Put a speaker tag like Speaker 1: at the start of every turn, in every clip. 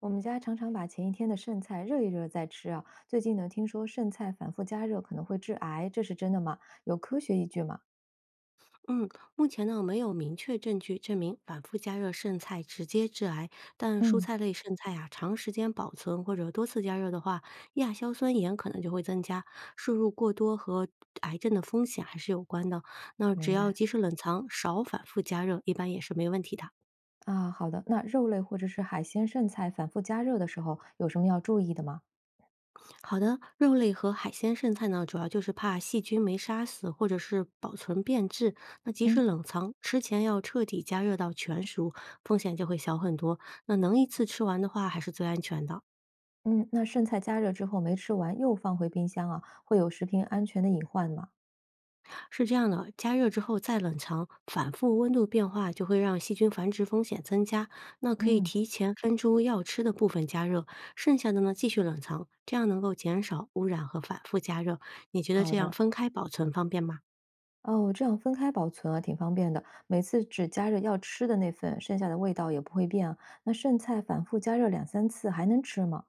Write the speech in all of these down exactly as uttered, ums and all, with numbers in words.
Speaker 1: 我们家常常把前一天的剩菜热一热再吃啊。最近呢，听说剩菜反复加热可能会致癌，这是真的吗？有科学依据吗？
Speaker 2: 嗯，目前呢没有明确证据证明反复加热剩菜直接致癌，但蔬
Speaker 1: 嗯，
Speaker 2: 菜类剩菜啊，长时间保存或者多次加热的话，亚硝酸盐可能就会增加，摄入过多和癌症的风险还是有关的。那只
Speaker 1: 明
Speaker 2: 要
Speaker 1: 白。
Speaker 2: 及时冷藏，少反复加热，一般也是没问题的。
Speaker 1: 啊，好的。那肉类或者是海鲜剩菜反复加热的时候，有什么要注意的吗？
Speaker 2: 好的，肉类和海鲜剩菜呢，主要就是怕细菌没杀死，或者是保存变质。那即
Speaker 1: 嗯，
Speaker 2: 使冷藏，吃前要彻底加热到全熟，风险就会小很多。那能一次吃完的话，还是最安全的。
Speaker 1: 嗯，那剩菜加热之后没吃完又放回冰箱啊，会有食品安全的隐患吗？
Speaker 2: 是这样的，加热之后再冷藏，反复温度变化就会让细菌繁殖风险增加。那可以
Speaker 1: 嗯，
Speaker 2: 提前分出要吃的部分加热，剩下的呢继续冷藏，这样能够减少污染和反复加热。你觉得
Speaker 1: 好
Speaker 2: 这样
Speaker 1: 的。
Speaker 2: 分开保存方便吗？
Speaker 1: 哦，这样分开保存啊，挺方便的。每次只加热要吃的那份，剩下的味道也不会变啊。那剩菜反复加热两三次还能吃吗？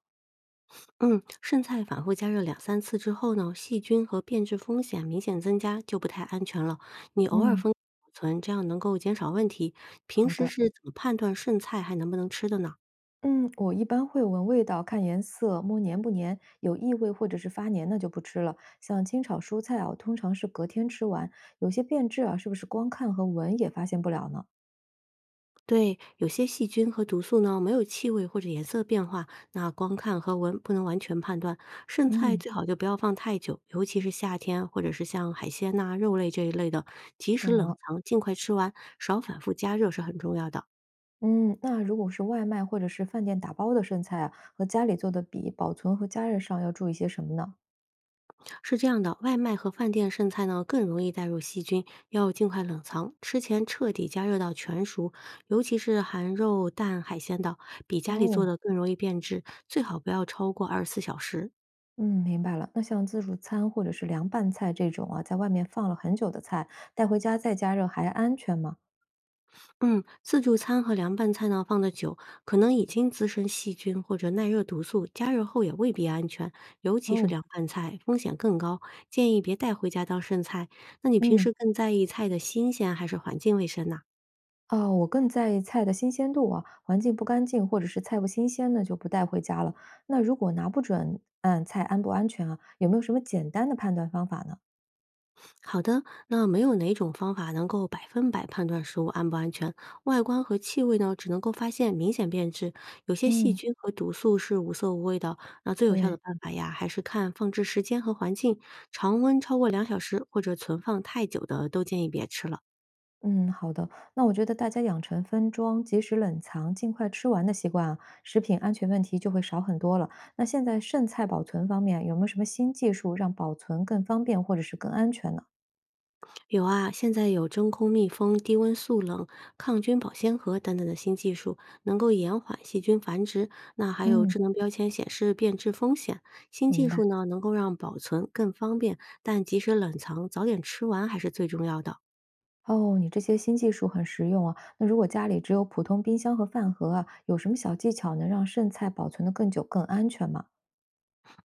Speaker 2: 嗯，剩菜反复加热两三次之后呢，细菌和变质风险明显增加，就不太安全了。你偶尔
Speaker 1: 嗯，
Speaker 2: 封保存，这样能够减少问题。平
Speaker 1: 好
Speaker 2: 时
Speaker 1: 的。
Speaker 2: 是怎么判断剩菜还能不能吃的呢？
Speaker 1: 嗯，我一般会闻味道、看颜色、摸黏不黏，有异味或者是发黏那就不吃了。像清炒蔬菜啊，我通常是隔天吃完，有些变质啊，是不是光看和闻也发现不了呢？
Speaker 2: 对，有些细菌和毒素呢，没有气味或者颜色变化，那光看和闻不能完全判断。剩菜
Speaker 1: 嗯，
Speaker 2: 最好就不要放太久，尤其是夏天，或者是像海鲜呐、肉类这一类的，及时
Speaker 1: 懂
Speaker 2: 冷
Speaker 1: 了。
Speaker 2: 藏，尽快吃完，少反复加热是很重要的。
Speaker 1: 嗯，那如果是外卖或者是饭店打包的剩菜啊，和家里做的比，保存和加热上要注意些什么呢？
Speaker 2: 是这样的，外卖和饭店剩菜呢更容易带入细菌，要尽快冷藏，吃前彻底加热到全熟，尤其是含肉、蛋、海鲜的，比家里做
Speaker 1: 哦，
Speaker 2: 的更容易变质，最好不要超过二十四小时。
Speaker 1: 嗯，明白了。那像自助餐或者是凉拌菜这种啊，在外面放了很久的菜，带回家再加热还安全吗？
Speaker 2: 嗯，自助餐和凉拌菜呢放的久，可能已经滋生细菌或者耐热毒素，加热后也未必安全，尤其是
Speaker 1: 哦，
Speaker 2: 凉拌菜风险更高，建议别带回家当剩菜。那你平
Speaker 1: 嗯。
Speaker 2: 时更在意菜的新鲜还是环境卫生呢？
Speaker 1: 啊，我更在意菜的新鲜度啊，环境不干净或者是菜不新鲜呢，就不带回家了。那如果拿不准，嗯，菜安不安全啊，有没有什么简单的判断方法呢？
Speaker 2: 好的，那没有哪种方法能够百分百判断食物安不安全。外观和气味呢，只能够发现明显变质，有些细
Speaker 1: 嗯，
Speaker 2: 菌和毒素是无色无味的。那最有效的
Speaker 1: 对，
Speaker 2: 办法呀，还是看放置时间和环境，常温超过两小时或者存放太久的都建议别吃了。
Speaker 1: 嗯，好的。那我觉得大家养成分装、及时冷藏、尽快吃完的习惯啊，食品安全问题就会少很多了。那现在剩菜保存方面，有没有什么新技术让保存更方便或者是更安全呢？
Speaker 2: 有啊，现在有真空密封、低温速冷、抗菌保鲜盒等等的新技术，能够延缓细菌繁殖。那还有
Speaker 1: 嗯，
Speaker 2: 智能标签显示变质风险。新技
Speaker 1: 明白。
Speaker 2: 术呢，能够让保存更方便，但及时冷藏，早点吃完还是最重要的。
Speaker 1: 哦，你这些新技术很实用啊。那如果家里只有普通冰箱和饭盒啊，有什么小技巧能让剩菜保存得更久、更安全吗？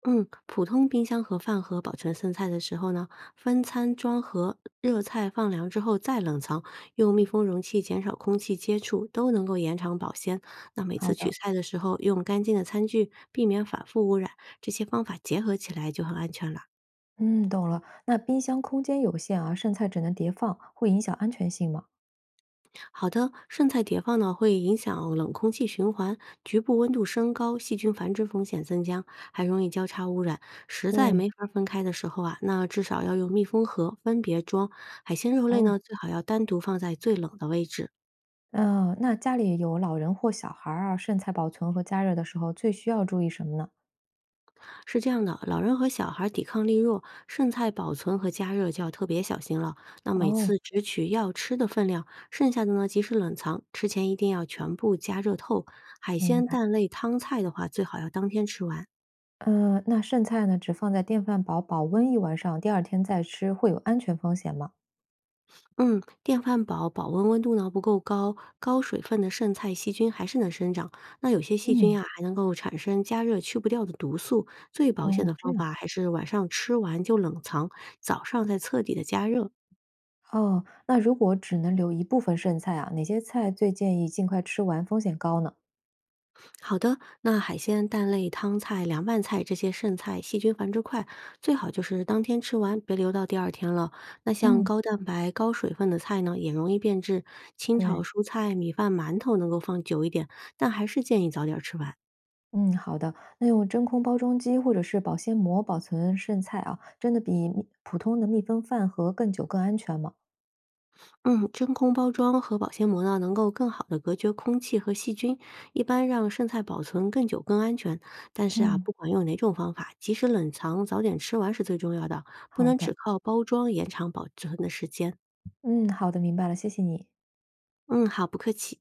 Speaker 2: 嗯，普通冰箱和饭盒保存剩菜的时候呢，分餐装盒，热菜放凉之后再冷藏，用密
Speaker 1: 嗯，
Speaker 2: 封容器减少空气接触，都能够延长保鲜。那每
Speaker 1: 好
Speaker 2: 次取
Speaker 1: 的，
Speaker 2: 菜的时候用干净的餐具，避免反复污染，这些方法结合起来就很安全了。
Speaker 1: 嗯，懂了。那冰箱空间有限啊，剩菜只能叠放，会影响安全性吗？
Speaker 2: 好的，剩菜叠放呢会影响冷空气循环，局部温度升高，细菌繁殖风险增加，还容易交叉污染。实在
Speaker 1: 对，
Speaker 2: 没法分开的时候啊，那至少要用密封盒分别装。海鲜肉类
Speaker 1: 哦，
Speaker 2: 呢，最好要单独放在最冷的位置。
Speaker 1: 嗯、那家里有老人或小孩儿啊，剩菜保存和加热的时候最需要注意什么呢？
Speaker 2: 是这样的，老人和小孩抵抗力弱，剩菜保存和加热就要特别小心了。那每
Speaker 1: 哦，
Speaker 2: 次只取要吃的分量，剩下的呢及时冷藏，吃前一定要全部加热透。海
Speaker 1: 明
Speaker 2: 鲜、
Speaker 1: 白。
Speaker 2: 蛋类、汤菜的话，最好要当天吃完。
Speaker 1: 嗯，那剩菜呢，只放在电饭煲保温一晚上，第二天再吃，会有安全风险吗？
Speaker 2: 嗯，电饭煲保温温度呢不够高，高水分的剩菜细菌还是能生长。那有些细菌
Speaker 1: 嗯，
Speaker 2: 啊还能够产生加热去不掉的毒素。最保险
Speaker 1: 哦，
Speaker 2: 的
Speaker 1: 这
Speaker 2: 方
Speaker 1: 样。
Speaker 2: 法还是晚上吃完就冷藏，早上再彻底的加热。
Speaker 1: 哦，那如果只能留一部分剩菜啊，哪些菜最建议尽快吃完，风险高呢？
Speaker 2: 好的，那海鲜、蛋类、汤菜、凉拌菜这些剩菜细菌繁殖快，最好就是当天吃完，别留到第二天了。那像
Speaker 1: 嗯，
Speaker 2: 高蛋白、高水分的菜呢，也容易变质。清
Speaker 1: 对，
Speaker 2: 炒蔬菜、米饭、馒头能够放久一点，但还是建议早点吃完。
Speaker 1: 嗯，好的。那用真空包装机或者是保鲜膜保存剩菜啊，真的比密普通的密封饭盒更久更安全吗？
Speaker 2: 嗯，真空包装和保鲜膜呢，能够更好的隔绝空气和细菌，一般让剩菜保存更久、更安全。但是啊，
Speaker 1: 嗯。
Speaker 2: 不管用哪种方法，及时冷藏，早点吃完是最重要的，不
Speaker 1: 好
Speaker 2: 能只
Speaker 1: 的，
Speaker 2: 靠包装延长保存的时间。
Speaker 1: 嗯，好的，明白了，谢谢你。
Speaker 2: 嗯，好，不客气。